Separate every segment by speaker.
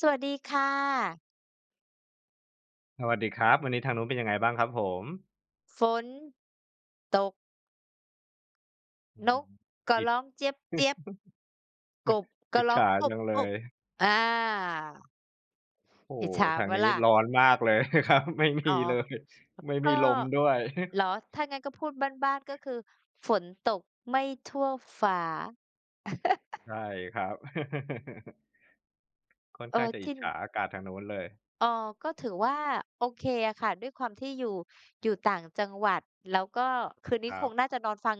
Speaker 1: สวัสดีค่ะ
Speaker 2: สวัสดีครับวันนี้ทางนู้นเป็นยังไงบ้างครับผม
Speaker 1: ฝนตก
Speaker 2: อื
Speaker 1: นก
Speaker 2: ม
Speaker 1: ก็
Speaker 2: อิจ
Speaker 1: ร้องเจี๊ยบเจี๊ยบกบก็
Speaker 2: อิจ
Speaker 1: ร้อง
Speaker 2: ฉา
Speaker 1: อบ
Speaker 2: จังเล
Speaker 1: อบ
Speaker 2: ย
Speaker 1: อา
Speaker 2: โอ้
Speaker 1: อิจ
Speaker 2: โฮ
Speaker 1: ฉา
Speaker 2: ทา
Speaker 1: เป
Speaker 2: ง
Speaker 1: ล่า
Speaker 2: นี้
Speaker 1: ล่ะ
Speaker 2: ร้อนมากเลย ครับไม่มี
Speaker 1: อ๋อ
Speaker 2: เลยไม่มี
Speaker 1: ก็
Speaker 2: ลมด้วย
Speaker 1: เหรอถ้างั้นก็พูดบ้านๆก็คือฝนตกไม่ทั่วฟ้า
Speaker 2: ใช่ครับ ค่อน
Speaker 1: เอ
Speaker 2: ข้า
Speaker 1: อ
Speaker 2: งจะอิจ
Speaker 1: ที่
Speaker 2: ฉาอากาศทางนู้นเลย
Speaker 1: เออก็ถือว่าโอเคอะค่ะ ด้วยความที่อยู่อยู่ต่างจังหวัด แล้วก็คืนนี้
Speaker 2: ค
Speaker 1: ค
Speaker 2: รั
Speaker 1: ง
Speaker 2: บ
Speaker 1: น่าจะนอนฟัง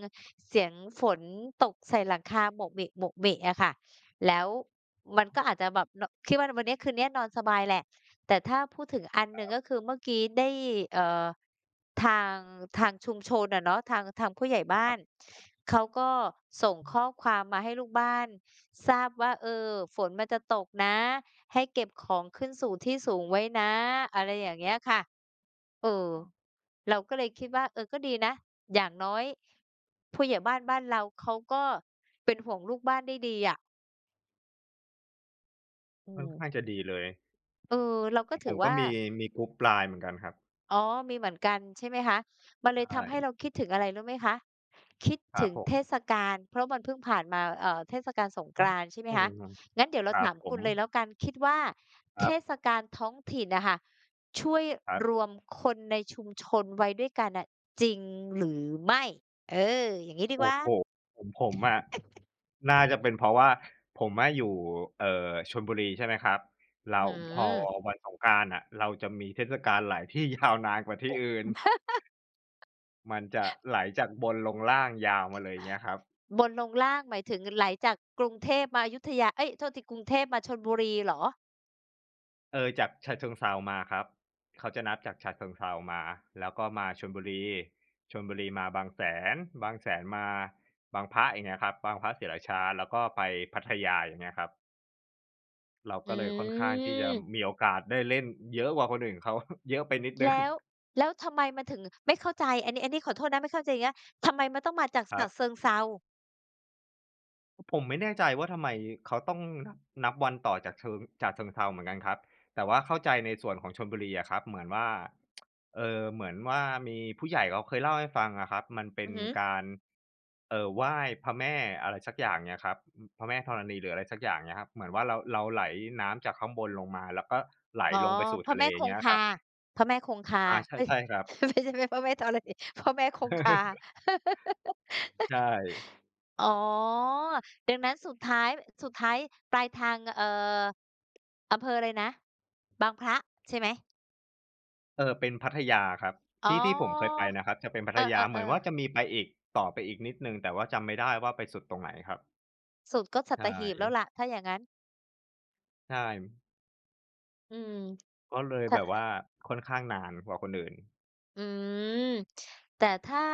Speaker 1: เสียงฝนตกใส่หลังคาโหมกหมกเหมกอะค่ะ แล้ว
Speaker 2: ผ
Speaker 1: มันก็
Speaker 2: ม
Speaker 1: อาจจะแบบเนอะคิดว่าวันนี้คืนนี้นอนสบายแหละ แต่ถ้าพูดถึงอันหนึ่งก็คือเมื่อกี้ได้เอ่อทางชุมชนอะเนาะทางผู้ใหญ่บ้านเขาก็ส่ง
Speaker 2: อื
Speaker 1: ข้อ
Speaker 2: ม
Speaker 1: ความมาให้ลูกบ้านทราบว่าเออฝนมันจะตกนะให้เก็บของขึ้นสู่ที่สูงไว้นะอะไรอย่างเงี้ยค่ะเออเราก็เลยคิดว่าเออก็ดีนะอย่างน้อยผู้ใหญ่บ้านบ้านเราเขาก็เป็นห่วงลูกบ้านได้ดีอะอื
Speaker 2: ค่อน
Speaker 1: ม
Speaker 2: ข้างจะดีเลย
Speaker 1: เออเรา
Speaker 2: ข
Speaker 1: ก็
Speaker 2: องผ
Speaker 1: ถือ
Speaker 2: มก็
Speaker 1: ว่า
Speaker 2: มีกรุ๊ป LINE เหมือนกันครับ
Speaker 1: อ๋อมีเหมือนกันใช่ไหมคะมันเล
Speaker 2: ใช
Speaker 1: ยทำให้เรา
Speaker 2: ่
Speaker 1: คิดถึงอะไรรู้ไหมคะคิด
Speaker 2: ครั
Speaker 1: ถึ
Speaker 2: บ
Speaker 1: ง
Speaker 2: ผ
Speaker 1: เท
Speaker 2: ม
Speaker 1: ศกาลเพราะมันเพิ่งผ่านมาเทศกาลสงก
Speaker 2: อืม
Speaker 1: รานต์ใช่ไหม
Speaker 2: อื
Speaker 1: คะ
Speaker 2: ม
Speaker 1: งั้นเดี๋ยวเรา
Speaker 2: ครั
Speaker 1: ถา
Speaker 2: บ
Speaker 1: ม
Speaker 2: ผ
Speaker 1: คุณ
Speaker 2: ม
Speaker 1: เลยแล้วกันคิดว่า
Speaker 2: ค
Speaker 1: เท
Speaker 2: รั
Speaker 1: ศ
Speaker 2: บ
Speaker 1: กาลท้องถิ่นน่ะค่ะช่วย
Speaker 2: ครั
Speaker 1: รว
Speaker 2: บ
Speaker 1: มคนในชุมชนไว้ด้วยกันน่ะจริงหรือไม่เอออย่างงี้ดีก
Speaker 2: โอ้
Speaker 1: ว่า
Speaker 2: โฮผมอะน่าจะเป็นเพราะว่าผมอะอยู่เอ่อชลบุรีใช่ไหมครับแล้
Speaker 1: อื
Speaker 2: วพอ
Speaker 1: ม
Speaker 2: วันสงกรานต์อะเราจะมีเทศกาลไหลที่ยาวนานกว่าที่อื่นมันจะไหลจากบนลงล่างยาวมาเลยอย่างเงี้ยครับ
Speaker 1: บนลงล่างหมายถึงไหลจากกรุงเทพมาอยุธยาเอ๊ยโทษทีกรุงเทพมาชลบุรีเหรอ
Speaker 2: เออจากฉะเชิงเทรามาครับเขาจะนับจากฉะเชิงเทรามาแล้วก็มาชลบุรีชลบุรีมาบางแสนบางแสนมาบางพระอย่างเงี้ยครับบางพระศรีราชาแล้วก็ไปพัทยาอย่างเงี้ยครับ เรา
Speaker 1: อื
Speaker 2: ก็เลยค่อนข้างที่จะมี
Speaker 1: ม
Speaker 2: โอกาสได้เล่นเยอะกว่าคนอื่นเขา เยอะไปนิดหนึ่ง
Speaker 1: แล้ว แล้วทำไมมันถึงไม่เข้าใจอันนี้อันนี้ขอโทษนะไม่เข้าใจอย่างเงี้ยทำไมมันต้องมาจาก
Speaker 2: ครั
Speaker 1: ฉะเชิ
Speaker 2: บ
Speaker 1: งเทรา
Speaker 2: ผมไม่แน่ใจว่าทำไมเขาต้องนับนับวันต่อจากเชิงจากเชิงเทราเหมือนกันครับแต่ว่าเข้าใจในส่วนของชลบุรีอะครับเหมือนว่าเหมือนว่ามีผู้ใหญ่เขาเคยเล่าให้ฟังอะครับมันเป็
Speaker 1: อื
Speaker 2: น
Speaker 1: อฮึ
Speaker 2: การไหว้พระแม่อะไรสักอย่างเนี่ยครับืพระแม่ธรณีหรืออะไรสักอย่างเนี่ยครับเหมือนว่าเราไหลน้ำจากข้างบนลงมาแล้วก็ไหล
Speaker 1: อ๋อ
Speaker 2: ลงไปสู่
Speaker 1: พระ
Speaker 2: ทะเล
Speaker 1: แม่คง
Speaker 2: เงี้ยค
Speaker 1: คา
Speaker 2: รับ
Speaker 1: พระแม่คงคา
Speaker 2: อา ใช่
Speaker 1: เฮ้ย
Speaker 2: ใช่ครับ
Speaker 1: ไม่ใช่ไม่พระแม่ธรณีพระแม่คงคา
Speaker 2: ใช ่
Speaker 1: อ๋อดังนั้นสุดท้ายสุดท้ายปลายทางอำเภออะไรนะบางพระใช่ไหม
Speaker 2: เออเป็นพัทยาครับ
Speaker 1: อ๋อ
Speaker 2: ที่ที่ผมเคยไปนะครับจะเป็นพั
Speaker 1: เอ
Speaker 2: ทยาเห
Speaker 1: อ
Speaker 2: มือน
Speaker 1: ๆ
Speaker 2: ว่าจะ
Speaker 1: ๆ
Speaker 2: มีไปอีกต่อไปอีกนิดหนึ่งแต่ว่าจำไม่ได้ว่าไปสุดตรงไหนครับ
Speaker 1: สุดก็สั
Speaker 2: ใช
Speaker 1: ตหีบแล้วล่ะ
Speaker 2: ่
Speaker 1: ถ้าอย่างงั้น
Speaker 2: ใช่
Speaker 1: อืม
Speaker 2: ก็เลย
Speaker 1: ถ้า
Speaker 2: แบบว่าค่อนข้างนานกว่าคนอื่น
Speaker 1: อืมแต่ถ้า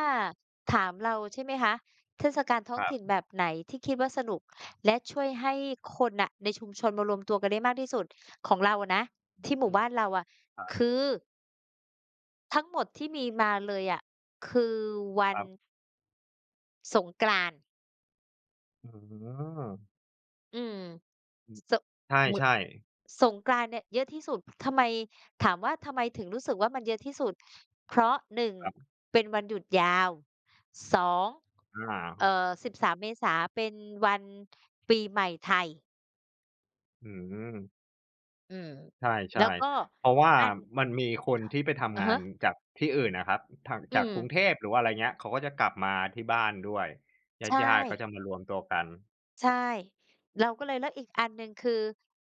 Speaker 1: ถามเราใช่ไหมคะเทศกาลท้อ
Speaker 2: ค
Speaker 1: ง
Speaker 2: รั
Speaker 1: ถิ่น
Speaker 2: บ
Speaker 1: แบบไหนที่คิดว่าสนุกและช่วยให้คนน่ะในชุมชนมารวมตัวกันได้มากที่สุดของเราอะนะ
Speaker 2: อื
Speaker 1: ที่
Speaker 2: ม
Speaker 1: หมู่บ้านเราอะ
Speaker 2: คร
Speaker 1: คือทั้งหมดที่มีมาเลยอะคือวัน
Speaker 2: ับๆ
Speaker 1: สงกรานต์
Speaker 2: อืม
Speaker 1: อืม
Speaker 2: อืม
Speaker 1: ส
Speaker 2: ใ
Speaker 1: เหมือน
Speaker 2: ช่ๆ
Speaker 1: สงกรานต์เนี่ยเยอะที่สุดทำไมถามว่าทำไมถึงรู้สึกว่ามันเยอะที่สุด เพราะหนึ่ง
Speaker 2: ครับ
Speaker 1: เป็นวันหยุดยาว สอง
Speaker 2: อา
Speaker 1: สิบสามเมษาเป็นวันปีใหม่ไทย
Speaker 2: อืม
Speaker 1: อืม
Speaker 2: ใ
Speaker 1: แล้ว
Speaker 2: ช่
Speaker 1: ก็
Speaker 2: ๆเพราะว่า
Speaker 1: อัน
Speaker 2: มันมีคนที่ไปทำ
Speaker 1: อะ
Speaker 2: งาน
Speaker 1: ฮะ
Speaker 2: จากที่อื่นอะครับทาง
Speaker 1: อื
Speaker 2: จาก
Speaker 1: ม
Speaker 2: กรุงเทพหรือว่าอะไรเงี้ยเขาก็จะกลับมาที่บ้านด้วย
Speaker 1: ใช่
Speaker 2: ญาติๆก็จะมารวมตัวกัน
Speaker 1: ใช่ เราก็เลยแล้วอีกอันหนึ่งคือ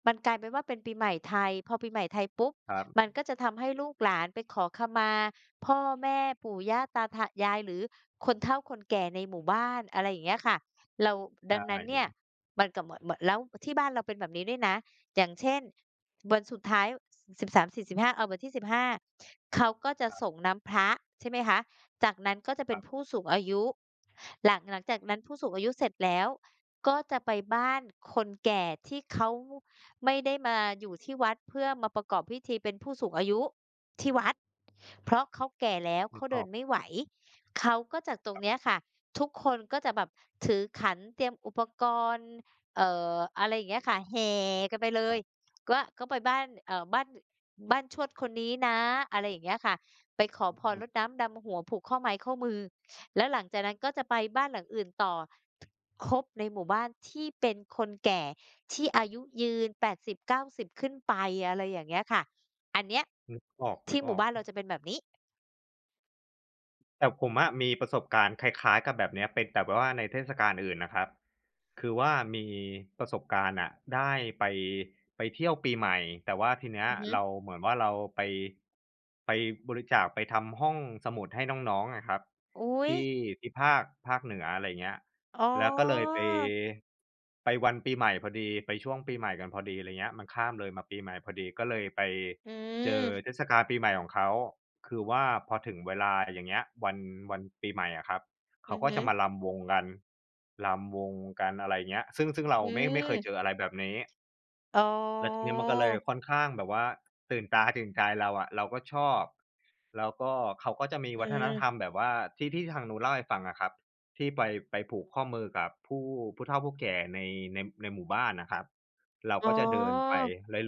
Speaker 1: มันกลายเป็นว่าเป็นปีใหม่ไทยพอปีใหม่ไทยปุ๊บ
Speaker 2: ครั
Speaker 1: มัน
Speaker 2: บ
Speaker 1: ก็จะทำให้ลูกหลานไปขอขมาพ่อแม่ปู่ย่าตาทะยายหรือคนเฒ่าคนแก่ในหมู่บ้านอะไรอย่างเงี้ยค่ะเราดั
Speaker 2: ใช่
Speaker 1: งนั้นเนี่ยมันก็เหมือนแล้วที่บ้านเราเป็นแบบนี้ด้วยนะอย่างเช่นวันสุดท้าย13บ4้5เอาวันที่15เขาก็จะส่งน้ำพระใช่ไหมคะจากนั้นก็จะ
Speaker 2: ค
Speaker 1: เป็น
Speaker 2: รั
Speaker 1: ผู้
Speaker 2: บ
Speaker 1: สูงอายุหลังจากนั้นผู้สูงอายุเสร็จแล้ว ก็จะไปบ้านคนแก่ที่เขาไม่ได้มาอยู่ที่วัดเพื่อมาประกอบพิธีเป็นผู้สูงอายุที่วัดเพราะเขาแก่แล้ว
Speaker 2: นึ
Speaker 1: เขา
Speaker 2: กอ
Speaker 1: เดิ
Speaker 2: อ
Speaker 1: น
Speaker 2: ก
Speaker 1: ไม่ไหวเขาก็จากตรงเนี้ยค่ะทุกคนก็จะแบบถือขันเตรียมอุปกรณ์เอ่อะไรอย่างเงี้ยค่ะแห่กันไปเลยก็ก็ไปบ้านบ้านชวดคนนี้นะอะไรอย่างเงี้ยค่ะไปขอ
Speaker 2: อ้
Speaker 1: พร
Speaker 2: อ
Speaker 1: รดน้ำดำหัวผูกข้อไม้ข้อมือ แล้วหลังจากนั้นก็จะไปบ้านหลังอื่นต่อครบในหมู่บ้านที่เป็นคนแก่ที่อายุยืนแปดสิบเก้า0ิ0ขึ้นไปอะไรอย่างเงี้ยค่ะอันเนี้ย
Speaker 2: นึกออกนึ
Speaker 1: ที่
Speaker 2: ก
Speaker 1: ห
Speaker 2: อ
Speaker 1: มู่
Speaker 2: อก
Speaker 1: บ้านเราจะเป็นแบบนี้
Speaker 2: แต่ผมอะมีประสบการณ์คล้ายๆกับแบบเนี้ยเป็นแต่ว่าในเทศกาลอื่นนะครับคือว่ามีประสบการณ์อะได้ไปไปเที่ยวปีใหม่แต่ว่าทีเนี้ย
Speaker 1: อือฮึ
Speaker 2: เราเหมือนว่าเราไปไปบริจาคไปทำห้องสมุดให้น้องๆอะครับ
Speaker 1: อุ๊ย
Speaker 2: ที่ที่ภาคเหนืออะไรเงี้ย
Speaker 1: อ๋
Speaker 2: แล้วก็เลย
Speaker 1: อ
Speaker 2: ไปวันปีใหม่พอดีไปช่วงปีใหม่กันพอดีอะไรเงี้ยมันข้ามเลยมาปีใหม่พอดีก็เลยไป
Speaker 1: อื
Speaker 2: เจอ
Speaker 1: ม
Speaker 2: เทศกาลปีใหม่ของเขา คือว่าพอถึงเวลาอย่างเงี้ยวันปีใหม่อะครับ
Speaker 1: อื
Speaker 2: เขา
Speaker 1: อ
Speaker 2: ก็
Speaker 1: ฮึ
Speaker 2: จะมารำวงกันรำวงกันอะไรเงี้ยซึ่งเรา
Speaker 1: อื
Speaker 2: ไม่เคยเจอ
Speaker 1: ม
Speaker 2: อะไรแบบนี้
Speaker 1: อ๋
Speaker 2: แล้วที
Speaker 1: อ
Speaker 2: เนี้ยมันก็เลยค่อนข้างแบบว่าตื่นตาตื่นใจเราอะเราก็ชอบแล้วก็เขาก็จะมี
Speaker 1: อื
Speaker 2: วัฒนธรรม
Speaker 1: ม
Speaker 2: แบบว่าที่ทางนู้นเล่าให้ฟังอะครับที่ไปผูกข้อมือกับผู้เฒ่าผู้แก่ในในหมู่บ้านนะครับเรา
Speaker 1: อ๋อ
Speaker 2: ก็จะเดินไป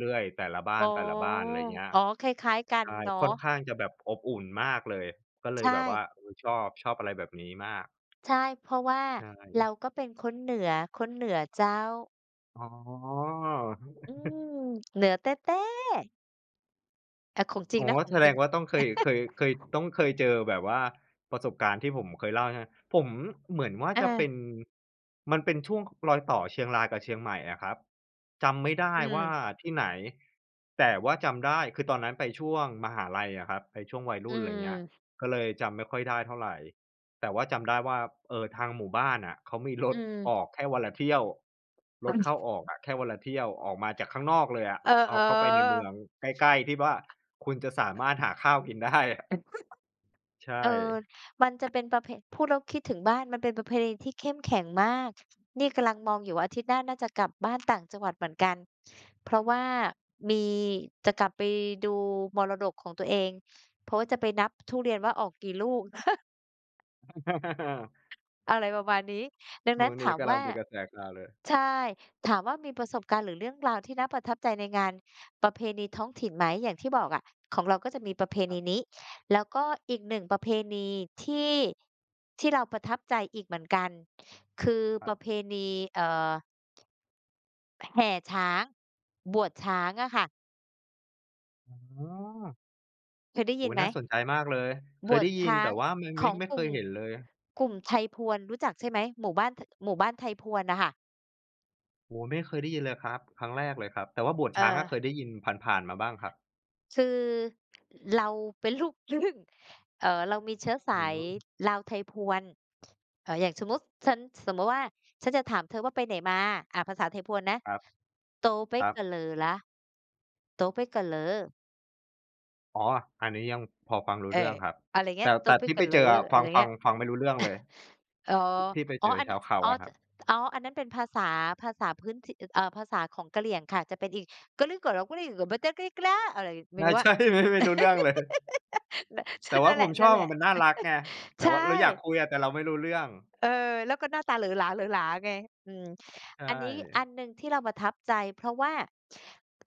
Speaker 2: เรื่อยๆแต่ละบ้า
Speaker 1: อ๋อ
Speaker 2: นแต่ละบ้านอะไรเงี้ย
Speaker 1: อ๋อคล้ายๆกัน
Speaker 2: ใช่ค่อน
Speaker 1: เนาะ
Speaker 2: ข้างจะแบบอบอุ่นมากเลยก็เล
Speaker 1: ใช
Speaker 2: ยแบบว่า
Speaker 1: ่
Speaker 2: เออชอบชอบอะไรแบบนี้มาก
Speaker 1: ใช่ เพราะว่า
Speaker 2: ใช่
Speaker 1: เราก็เป็นคนเหนือ คนเหนือเจ้า
Speaker 2: อ๋อ
Speaker 1: อืมเหนือแต๊ะๆอาของจริ
Speaker 2: อ๋
Speaker 1: ง
Speaker 2: อ
Speaker 1: นะของ
Speaker 2: แส
Speaker 1: จ
Speaker 2: ด
Speaker 1: ริง
Speaker 2: งว่าต้องเคยเคยเคยต้องเคยเจอแบบว่าประสบการณ์ที่ผมเคยเล่าใช่ไหมผมเหมือนว่า
Speaker 1: อา
Speaker 2: จะเป็นมันเป็นช่วงรอยต่อเชียงรายกับเชียงใหม่อะครับจำไม่ได้
Speaker 1: อืม
Speaker 2: ว่าที่ไหนแต่ว่าจำได้คือตอนนั้นไปช่วงมหาลัยอะครับไปช่วงวัย
Speaker 1: อื
Speaker 2: รุ่นอะไรเงี้ย
Speaker 1: ม
Speaker 2: ก็เลยจำไม่ค่อยได้เท่าไร แต่ว่าจำได้ว่าทางหมู่บ้านอะเขามีรถ
Speaker 1: อื
Speaker 2: ออ
Speaker 1: ม
Speaker 2: กแค่วันละเที่ยวรถเข้าออกอะแค่วันละเที่ยวออกมาจากข้างนอกเลยอะ
Speaker 1: เออ
Speaker 2: เอาเข้าไปในเมือง
Speaker 1: ๆ
Speaker 2: ใกล้ๆที่ว่าคุณจะสามารถหาข้าวกินได้อะ
Speaker 1: เอ
Speaker 2: ใช่
Speaker 1: อมันจะเป็นประเพพูดแล้วคิดถึงบ้านมันเป็นประเพณีที่เข้มแข็งมากนี่กำลังมองอยู่ว่าอาทิตย์หน้าน่าจะกลับบ้านต่างจังหวัดเหมือนกันเพราะว่ามีจะกลับไปดูมรดกของตัวเองเพราะว่าจะไปนับทุเรียนว่าออกกี่ลูก อะไรประมาณนี้ดัง
Speaker 2: ช่
Speaker 1: นั้
Speaker 2: ว
Speaker 1: น
Speaker 2: งนี้
Speaker 1: ถาม
Speaker 2: กำลั
Speaker 1: ว่า
Speaker 2: งเป็นกระแสข่าวเลย
Speaker 1: ใช่ถามว่ามีประสบการณ์หรือเรื่องราวที่น่าประทับใจในงานประเพณีท้องถิ่นไหมอย่างที่บอกอะของเราก็จะมีประเพ
Speaker 2: ครั
Speaker 1: ณี
Speaker 2: บ
Speaker 1: นี้แล้วก็อีกหนึ่งประเพณีที่ที่เราประทับใจอีกเหมือนกันคือ
Speaker 2: ค
Speaker 1: ป
Speaker 2: รั
Speaker 1: ระเพ
Speaker 2: บ
Speaker 1: ณีเอ่อแห่ช้างบวชช้างอะค่ะ
Speaker 2: อ๋อ
Speaker 1: เคยได้ยิ
Speaker 2: โอ้
Speaker 1: น
Speaker 2: โฮ
Speaker 1: ไหม
Speaker 2: น่าสนใจมากเลย
Speaker 1: บ
Speaker 2: เคย
Speaker 1: วช
Speaker 2: ได้ยิน
Speaker 1: ช้า
Speaker 2: แต่
Speaker 1: ง
Speaker 2: ว่าไม่
Speaker 1: ข
Speaker 2: ไม่
Speaker 1: อง
Speaker 2: ไม่
Speaker 1: ก
Speaker 2: เค
Speaker 1: ลุ่ม
Speaker 2: ยเห็นเลย
Speaker 1: กลุ่มไทยพวนรู้จักใช่ไหมหมู่บ้านทหมู่บ้านไทยพวนน่ะค่ะ
Speaker 2: โอ้โฮไม่เคยได้ยินเลยครับครั้งแรกเลยครับแต่ว่าบวช
Speaker 1: เออ
Speaker 2: ช้างอะเคยได้ยินผ่านๆมาบ้างครับ
Speaker 1: คือเราเป็นลูกครึ่ง เรามีเชื้อ
Speaker 2: อื
Speaker 1: สาย
Speaker 2: ม
Speaker 1: ลาวไทยพวนอย่างสมมุติฉันสมมุติว่าฉันจะถามเธอว่าไปไหนมาภาษาไทยพวนนะ
Speaker 2: ครับ
Speaker 1: โตไป
Speaker 2: ครับ
Speaker 1: กะเหลอล่ะโตไปกะเหลอ
Speaker 2: อ๋ออันนี้ยังพอฟังรู้
Speaker 1: เออ
Speaker 2: เรื่องครับ
Speaker 1: อะไรเงี้
Speaker 2: แต่
Speaker 1: ยโต
Speaker 2: แต่
Speaker 1: ไป
Speaker 2: ที่ไป
Speaker 1: กะเหล
Speaker 2: เจ
Speaker 1: อ
Speaker 2: ออะ
Speaker 1: อะ
Speaker 2: ฟั
Speaker 1: ไร
Speaker 2: งฟั
Speaker 1: เงี้
Speaker 2: ง
Speaker 1: ย
Speaker 2: ฟังไม่รู้เรื่องเลย
Speaker 1: อ๋อ
Speaker 2: ที่ไป
Speaker 1: อ๋อ
Speaker 2: เจอ
Speaker 1: อัน
Speaker 2: ชาวเขา
Speaker 1: อ๋อ
Speaker 2: อะค
Speaker 1: จ
Speaker 2: รับ
Speaker 1: อ๋ออันนั้นเป็นภาษาภาษาพื้นถิภาษาของกะเหรี่ยงค่ะ จะเป็นอีกกะลื้อก่อเหลากะลื้อก่อบะเต๊ะกะลิกะล้าอะไร
Speaker 2: ใช่ใช่ไม่รู้เรื่องเลย แต่ว่า
Speaker 1: นั่นแห
Speaker 2: ผ
Speaker 1: ละ
Speaker 2: ม
Speaker 1: นใช่
Speaker 2: ช
Speaker 1: นั่
Speaker 2: อ
Speaker 1: น
Speaker 2: บ
Speaker 1: แหละ
Speaker 2: อะมันน่ารักไง
Speaker 1: ๆ
Speaker 2: แต่
Speaker 1: ใช่
Speaker 2: ว่าเราอยากคุยอะแต่เราไม่รู้เรื่อง
Speaker 1: เออแล้วก็หน้าตาเหลอหลาเหลอหลาไงอืม
Speaker 2: ใช่
Speaker 1: อันนี้อันหนึ่งที่เราประทับใจเพราะว่า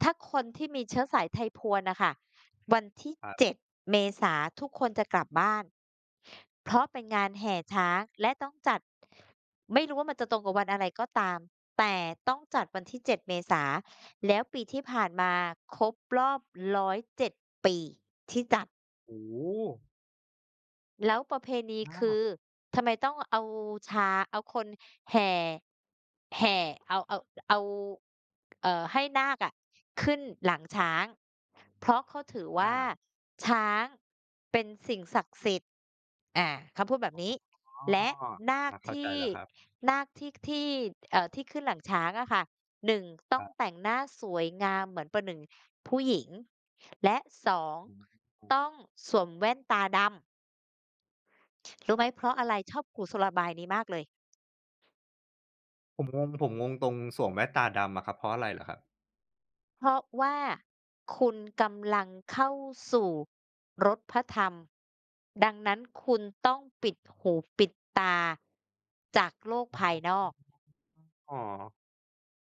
Speaker 1: ถ้าคนที่มีเชื้อสายไทยพวนน่ะค่ะวันที่
Speaker 2: ครั
Speaker 1: 7
Speaker 2: บ
Speaker 1: เมษาทุกคนจะกลับบ้านเพราะเป็นงานแห่ช้างและต้องจัดไม่รู้ว่ามันจะตรงกับวันอะไรก็ตามแต่ต้องจัดวันที่7เมษาแล้วปีที่ผ่านมาครบรอบ107ปีที่จัด
Speaker 2: โอ้โฮ
Speaker 1: แล้วประเพณีคือ
Speaker 2: อา
Speaker 1: ทำไมต้องเอาช้าเอาคนแห่แห่เอาเอาเอาให้นาคอะขึ้นหลัง
Speaker 2: ครั
Speaker 1: ช้าง
Speaker 2: บ
Speaker 1: เพราะเขาถือ
Speaker 2: อา
Speaker 1: ว่าช้างเป็นสิ่งศักดิ์สิทธิ์อาเขาพูดแบบนี้
Speaker 2: อ๋อ
Speaker 1: และนาค
Speaker 2: อาเข้าใจ
Speaker 1: ที่
Speaker 2: แล้วครับ
Speaker 1: นาคที่ที่ที่ขึ้นหลังช้างอะค่ะหนึ่งต้
Speaker 2: ค
Speaker 1: อง
Speaker 2: รับ
Speaker 1: แต่งหน้าสวยงามเหมือนประหนึ่งผู้หญิงและสอง
Speaker 2: อืม
Speaker 1: ต้องสวมแว่นตาดำ รู้ไหมเพราะอะไรชอบครูโซลาบายนี้มากเลย
Speaker 2: ๆผมงงตรงสวมแว่นตาดำอะครับเพราะอะไรเหรอครับ
Speaker 1: เพราะว่าคุณกำลังเข้าสู่รสพระธรรมดังนั้นคุณต้องปิดหูปิดตาจากโลกภายนอก
Speaker 2: อ๋อ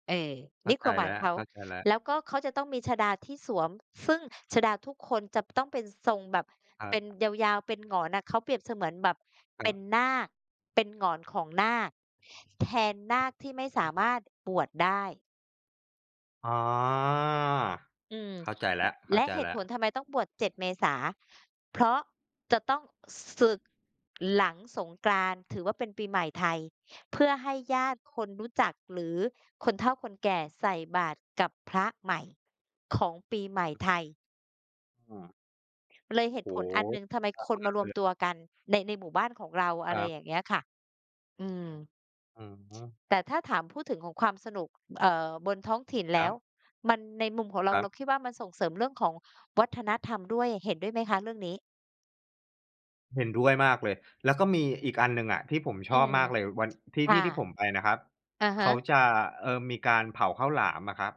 Speaker 1: เออ
Speaker 2: เข้า
Speaker 1: นี่ค
Speaker 2: ใจ
Speaker 1: วามหมายขอ
Speaker 2: แล้ว
Speaker 1: งเขา
Speaker 2: เข้าใจแล้ว
Speaker 1: แล้วก็เขาจะต้องมีชฎาที่สวมซึ่งชฎาทุกคนจะต้องเป็นทรงแบบ
Speaker 2: ครั
Speaker 1: เป็น
Speaker 2: บ
Speaker 1: ยาวๆเป็นหงอนน่ะเขาเปรียบเสมือนแบบ
Speaker 2: ๆ
Speaker 1: เป็นนาคเป็นหงอนของนาคแทนนาคที่ไม่สามารถบวชได้
Speaker 2: อ๋อ
Speaker 1: อืม
Speaker 2: เข้าใจแล้วเข้า
Speaker 1: และ
Speaker 2: ใจ
Speaker 1: เหตุ
Speaker 2: แล้
Speaker 1: ผ
Speaker 2: ว
Speaker 1: ลทำไมต้องบวช7เมษาเพราะจะต้องสึกหลังสงกรานต์ถือว่าเป็นปีใหม่ไทยเพื่อให้ญาติคนรู้จักหรือคนเฒ่าคนแก่ใส่บาตรกับพระใหม่ของปีใหม่ไทย
Speaker 2: อืม
Speaker 1: เลยเหตุ
Speaker 2: โอ้
Speaker 1: ผล
Speaker 2: โฮ
Speaker 1: อันหนึ่งทำไมคน
Speaker 2: จั
Speaker 1: มา
Speaker 2: ง
Speaker 1: รว
Speaker 2: เล
Speaker 1: ม
Speaker 2: ย
Speaker 1: ตัวกันในในหมู่บ้านของเรา
Speaker 2: ค
Speaker 1: อะไร
Speaker 2: รั
Speaker 1: อย่าง
Speaker 2: บ
Speaker 1: เงี้ยค่ะอืม
Speaker 2: อืม
Speaker 1: แต่ถ้าถามพูดถึงของความสนุกบนท้องถิ่น
Speaker 2: ค
Speaker 1: แล้
Speaker 2: รั
Speaker 1: ว
Speaker 2: บ
Speaker 1: มันในมุมของ
Speaker 2: ค
Speaker 1: เรา
Speaker 2: รั
Speaker 1: เรา
Speaker 2: บ
Speaker 1: คิดว่ามันส่งเสริมเรื่องของวัฒนธรรมด้วยเห็นด้วยไหมคะเรื่องนี้
Speaker 2: เห็นด้วยมากเลยแล้วก็มีอีกอันหนึ่งอะที่ผมช
Speaker 1: อื
Speaker 2: อบ
Speaker 1: ม
Speaker 2: มากเลยวันที่
Speaker 1: ค่ะ
Speaker 2: ที่ที่ผมไปนะครับ
Speaker 1: อะ
Speaker 2: เขา
Speaker 1: ฮะ
Speaker 2: จะมีการเผาข้าวหลามอะครับ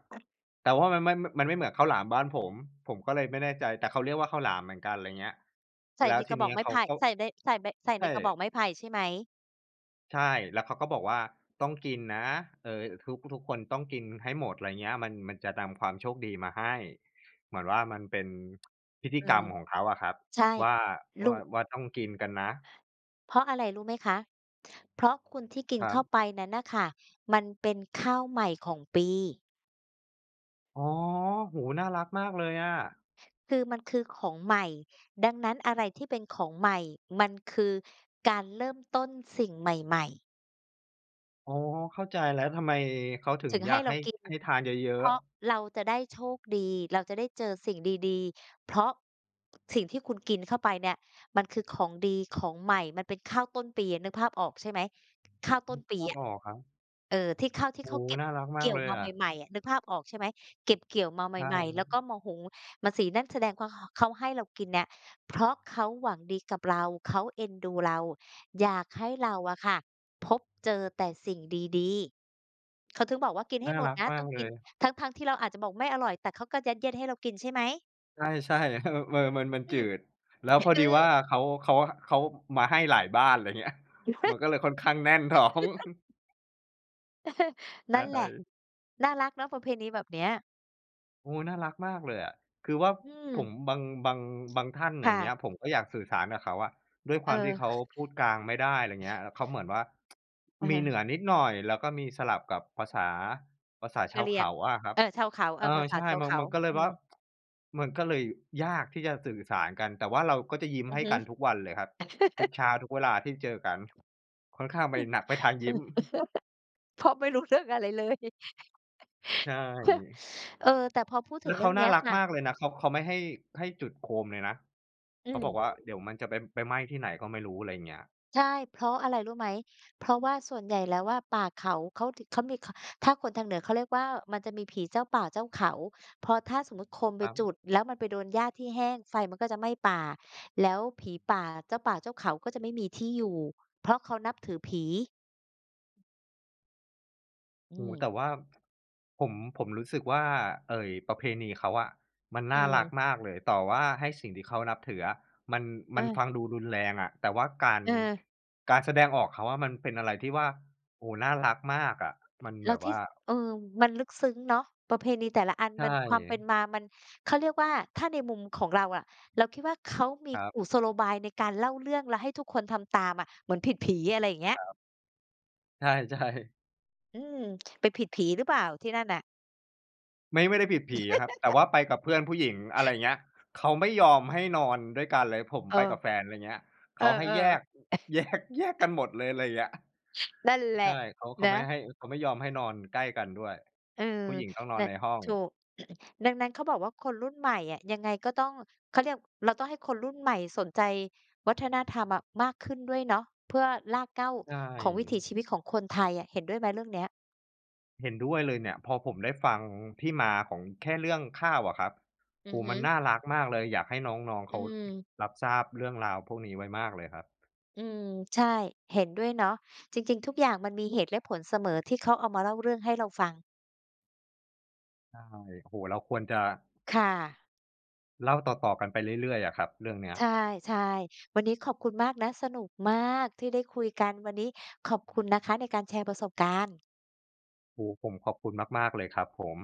Speaker 2: แต่ว่ามันไม่เหมือนข้าวหลามบ้านผมผมก็เลยไม่แน่ใจแต่เขาเรียกว่าข้าวหลามเหมือนกันไรเงี้ย
Speaker 1: ใส่
Speaker 2: แล้
Speaker 1: ใน
Speaker 2: ว
Speaker 1: ก
Speaker 2: ที
Speaker 1: ระบอก
Speaker 2: นี้
Speaker 1: ไม้
Speaker 2: เขา
Speaker 1: ไผ่
Speaker 2: ก็
Speaker 1: ใส่ใน
Speaker 2: ใช่
Speaker 1: กระบอกไม้ไผ่ใช่ไหม
Speaker 2: ใช่แล้วเขาก็บอกว่าต้องกินนะเออทุกคนต้องกินให้หมดอะไรเงี้ยมันจะนำความโชคดีมาให้เหมือนว่ามันเป็นพิธี
Speaker 1: อื
Speaker 2: กรร
Speaker 1: ม
Speaker 2: มของเขาอะครับ
Speaker 1: ใช่
Speaker 2: ว่า
Speaker 1: รู้
Speaker 2: ว่าต้องกินกันนะ
Speaker 1: เพราะอะไรรู้ไหมคะ เพราะคุณที่กิน
Speaker 2: ครั
Speaker 1: เข้าไป
Speaker 2: บ
Speaker 1: นั้นน่ะค่ะมันเป็นข้าวใหม่ของปี
Speaker 2: อ๋อโอ้โฮน่ารักมากเลยอะ
Speaker 1: คือมันคือของใหม่ดังนั้นอะไรที่เป็นของใหม่มันคือการเริ่มต้นสิ่งใหม่ๆ
Speaker 2: อ๋อเข้าใจแล้วทำไมเขาถึง
Speaker 1: ถึง
Speaker 2: อยา
Speaker 1: ให้
Speaker 2: ก
Speaker 1: เรา
Speaker 2: ให้
Speaker 1: กิน
Speaker 2: ให้ทานเย
Speaker 1: เพ
Speaker 2: อะ
Speaker 1: ราะเราจะได้โชคดีเราจะได้เจอสิ่งดีๆเพราะสิ่งที่คุณกินเข้าไปเนี่ยมันคือของดีของใหม่มันเป็นข้าวต้นปีอะนึกภาพออกใช่ไหมข้าวต้น
Speaker 2: ๆค
Speaker 1: ปี
Speaker 2: รับ
Speaker 1: อะ
Speaker 2: อ๋อครับ
Speaker 1: เออที่ข้าวที่
Speaker 2: โอ้
Speaker 1: เขา
Speaker 2: โฮ
Speaker 1: เก็บ
Speaker 2: น่ารักมาก
Speaker 1: เกี่ยว
Speaker 2: เลย
Speaker 1: มา
Speaker 2: อะ
Speaker 1: ใหม่ๆอะนึกภาพออกใช่ไหมเก็บเกี่ยวมา
Speaker 2: ใช่
Speaker 1: ใหม่
Speaker 2: ค
Speaker 1: ๆ
Speaker 2: รั
Speaker 1: แล้
Speaker 2: บ
Speaker 1: วก็มาหุงมาสีนั่นแสดงว่าขเขาให้เรากินเนี่ยเพราะเขาหวังดีกับเราเขาเอ็นดูเราอยากให้เราอะค่ะพบเจอแต่สิ่งดีๆ เขาถึงบอกว่ากินให้
Speaker 2: น่า
Speaker 1: หมด
Speaker 2: รัก
Speaker 1: นะ
Speaker 2: มา
Speaker 1: ต้อ
Speaker 2: ก
Speaker 1: ง
Speaker 2: เล
Speaker 1: กิน
Speaker 2: ย
Speaker 1: ทั้งๆที่เราอาจจะบอกไม่อร่อยแต่เขาก็ยัดเยียดให้เรากินใช่ไหม
Speaker 2: ใช่ๆเออเออมัน
Speaker 1: อื
Speaker 2: จื
Speaker 1: ม
Speaker 2: ด แล้วพอ
Speaker 1: เออ
Speaker 2: ดีว่าเขามาให้หลายบ้านอะไรเงี้ยมันก็เลย ค่อนข้างแน่นท้อง
Speaker 1: นั่นแห
Speaker 2: ใช่
Speaker 1: ละน่ารักเนาะประเพณีแบบเนี้ย
Speaker 2: โอ้น่ารักมากเลยอะคือว่า
Speaker 1: อืม
Speaker 2: ผมบางท่านอ
Speaker 1: ค่ะ
Speaker 2: ย่างเงี้ยผมก็อยากสื่อสารกับเขาอะด้วย
Speaker 1: เอ
Speaker 2: ความที่
Speaker 1: อ
Speaker 2: เขาพูดกลางไม่ได้อะไรเงี้ยแล้วเขาเหมือนว่ามีเหนือ
Speaker 1: เออ
Speaker 2: นิดหน่อย แล้วก็มีสลับกับภาษา
Speaker 1: กะ
Speaker 2: ชาว
Speaker 1: เหรี่ยง
Speaker 2: เขาอะครับ
Speaker 1: เออชาวเขาเอ
Speaker 2: เอ
Speaker 1: อ
Speaker 2: อ
Speaker 1: ภาษา
Speaker 2: ใช่
Speaker 1: ชาว
Speaker 2: มัน
Speaker 1: เขา
Speaker 2: มันก็เลย
Speaker 1: อื
Speaker 2: ว่า
Speaker 1: ม
Speaker 2: มันก็เลยยากที่จะสื่อสารกันแต่ว่าเราก็จะยิ้ม
Speaker 1: อือ
Speaker 2: ให้
Speaker 1: ฮึ
Speaker 2: กันทุกวันเลยครับทุกเช้าทุกเวลาที่เจอกันค่อนข้างไปหนักไปทางยิ้ม
Speaker 1: เพราะไม่รู้เรื่องอะไรเลย
Speaker 2: ใช่
Speaker 1: เออแต่พอพูดถึ
Speaker 2: แล้
Speaker 1: ง
Speaker 2: ว
Speaker 1: เรื่
Speaker 2: เขา
Speaker 1: อง
Speaker 2: น่า
Speaker 1: เนี้ย
Speaker 2: รัก
Speaker 1: ค่ะ
Speaker 2: มากเลยนะเขาไม่ให้ให้จุดโคมเลยนะ
Speaker 1: อื
Speaker 2: เขา
Speaker 1: ม
Speaker 2: บอกว่าเดี๋ยวมันจะไปไหม้ที่ไหนก็ไม่รู้อะไรอย่างเงี้ย
Speaker 1: ใช่เพราะอะไรรู้ไหมเพราะว่าส่วนใหญ่แล้วว่าป่าเขาเขาถเขามีขถ้าคนทางเหนือเขาเรียกว่ามันจะมีผีเจ้าป่าเจ้าเขาเพราะถ้าสมมุติโคมไป
Speaker 2: ครับ
Speaker 1: จุดแล้วมันไปโดนหญ้าที่แห้งไฟมันก็จะไหม้ป่าแล้วผีป่าเจ้าป่าเจ้าเขาก็จะไม่มีที่อยู่เพราะเขานับถือผีอื
Speaker 2: โอ้โฮ
Speaker 1: ม
Speaker 2: แต่ว่าผมผมรู้สึกว่าประเพณีเขาอะมัน
Speaker 1: อื
Speaker 2: น่ารัก
Speaker 1: ม
Speaker 2: มากเลยต่อว่าให้สิ่งที่เขานับถืออะมันมัน
Speaker 1: อา
Speaker 2: ฟังดูรุนแรงอะแต่ว่าการ
Speaker 1: เออ
Speaker 2: การแสดงออกเขาอะมันเป็นอะไรที่ว่าโอ้โฮน่ารักมากอะมัน
Speaker 1: แล้
Speaker 2: แบ
Speaker 1: ว
Speaker 2: บ
Speaker 1: ที่
Speaker 2: ว่า
Speaker 1: เออมันลึกซึ้งเนาะประเพณีแต่ละอัน
Speaker 2: ใช่
Speaker 1: มันความเป็นมามันเขาเรียกว่าถ้าในมุมของเราอะเราคิดว่าเขามี
Speaker 2: ครั
Speaker 1: กุ
Speaker 2: บ
Speaker 1: ศโลบายในการเล่าเรื่องแล้วให้ทุกคนทำตามอะเหมือนผิดผีอะไรอย่างเงี้ย
Speaker 2: ใช่
Speaker 1: อืมไปผิดผีหรือเปล่าที่นั่นน่ะ
Speaker 2: ๆไม่ได้ผิดผีอะครับแต่ว่าไปกับเพื่อนผู้หญิงอะไรอย่างเงี้ยเขาไม่ยอมให้นอนด้วยกันเลยผม
Speaker 1: เอ
Speaker 2: ไป
Speaker 1: อ
Speaker 2: กับแฟนอะไรเงี้ยเขาให้
Speaker 1: เออ
Speaker 2: แยกแยกกันหมดเลยอะไรอย่างเงี้ย
Speaker 1: ๆนั่นแห
Speaker 2: ใช่
Speaker 1: ละ
Speaker 2: เขา
Speaker 1: นะ
Speaker 2: ไม่ให้เขาไม่ยอมให้นอนใกล้กันด้วย
Speaker 1: เออ
Speaker 2: ผู้หญิงต้องนอ
Speaker 1: น
Speaker 2: น
Speaker 1: น
Speaker 2: ในห้อง
Speaker 1: ถูก ดังนั้นเขาบอกว่าคนรุ่นใหม่อะยังไงก็ต้องเขาเรียกเราต้องให้คนรุ่นใหม่สนใจวัฒนธรรมอะมากขึ้นด้วยเนาะเพื่อรากเหง้า
Speaker 2: ใช
Speaker 1: ของวิถี
Speaker 2: ่
Speaker 1: ชีวิตของคนไทยอะเห็นด้วยไหมเรื่องเนี้ย
Speaker 2: เห็นด้วยเลยเนี่ยพอผมได้ฟังที่มาของแค่เรื่องข้าวอะครับ
Speaker 1: อือ
Speaker 2: โอ้โฮ
Speaker 1: ฮึ
Speaker 2: มันน่ารักมากเลยอยากให้น้องๆ
Speaker 1: อื
Speaker 2: เขา
Speaker 1: ม
Speaker 2: รับทราบเรื่องราวพวกนี้ไว้มากเลยครับ
Speaker 1: อืมใช่เห็นด้วยเนาะจริงๆทุกอย่างมันมีเหตุและผลเสมอที่เขาเอามาเล่าเรื่องให้เราฟัง
Speaker 2: ใช่โอ้โฮเราควรจะ
Speaker 1: ค่ะ
Speaker 2: เล่าต่อๆกันไปเรื่อยๆอะครับเรื่องเนี้ย
Speaker 1: ใช่ๆวันนี้ขอบคุณมากนะสนุกมากที่ได้คุยกันวันนี้ขอบคุณนะคะในการแชร์ประสบการณ์
Speaker 2: โอ้โฮผมขอบคุณมากๆเลยครับผม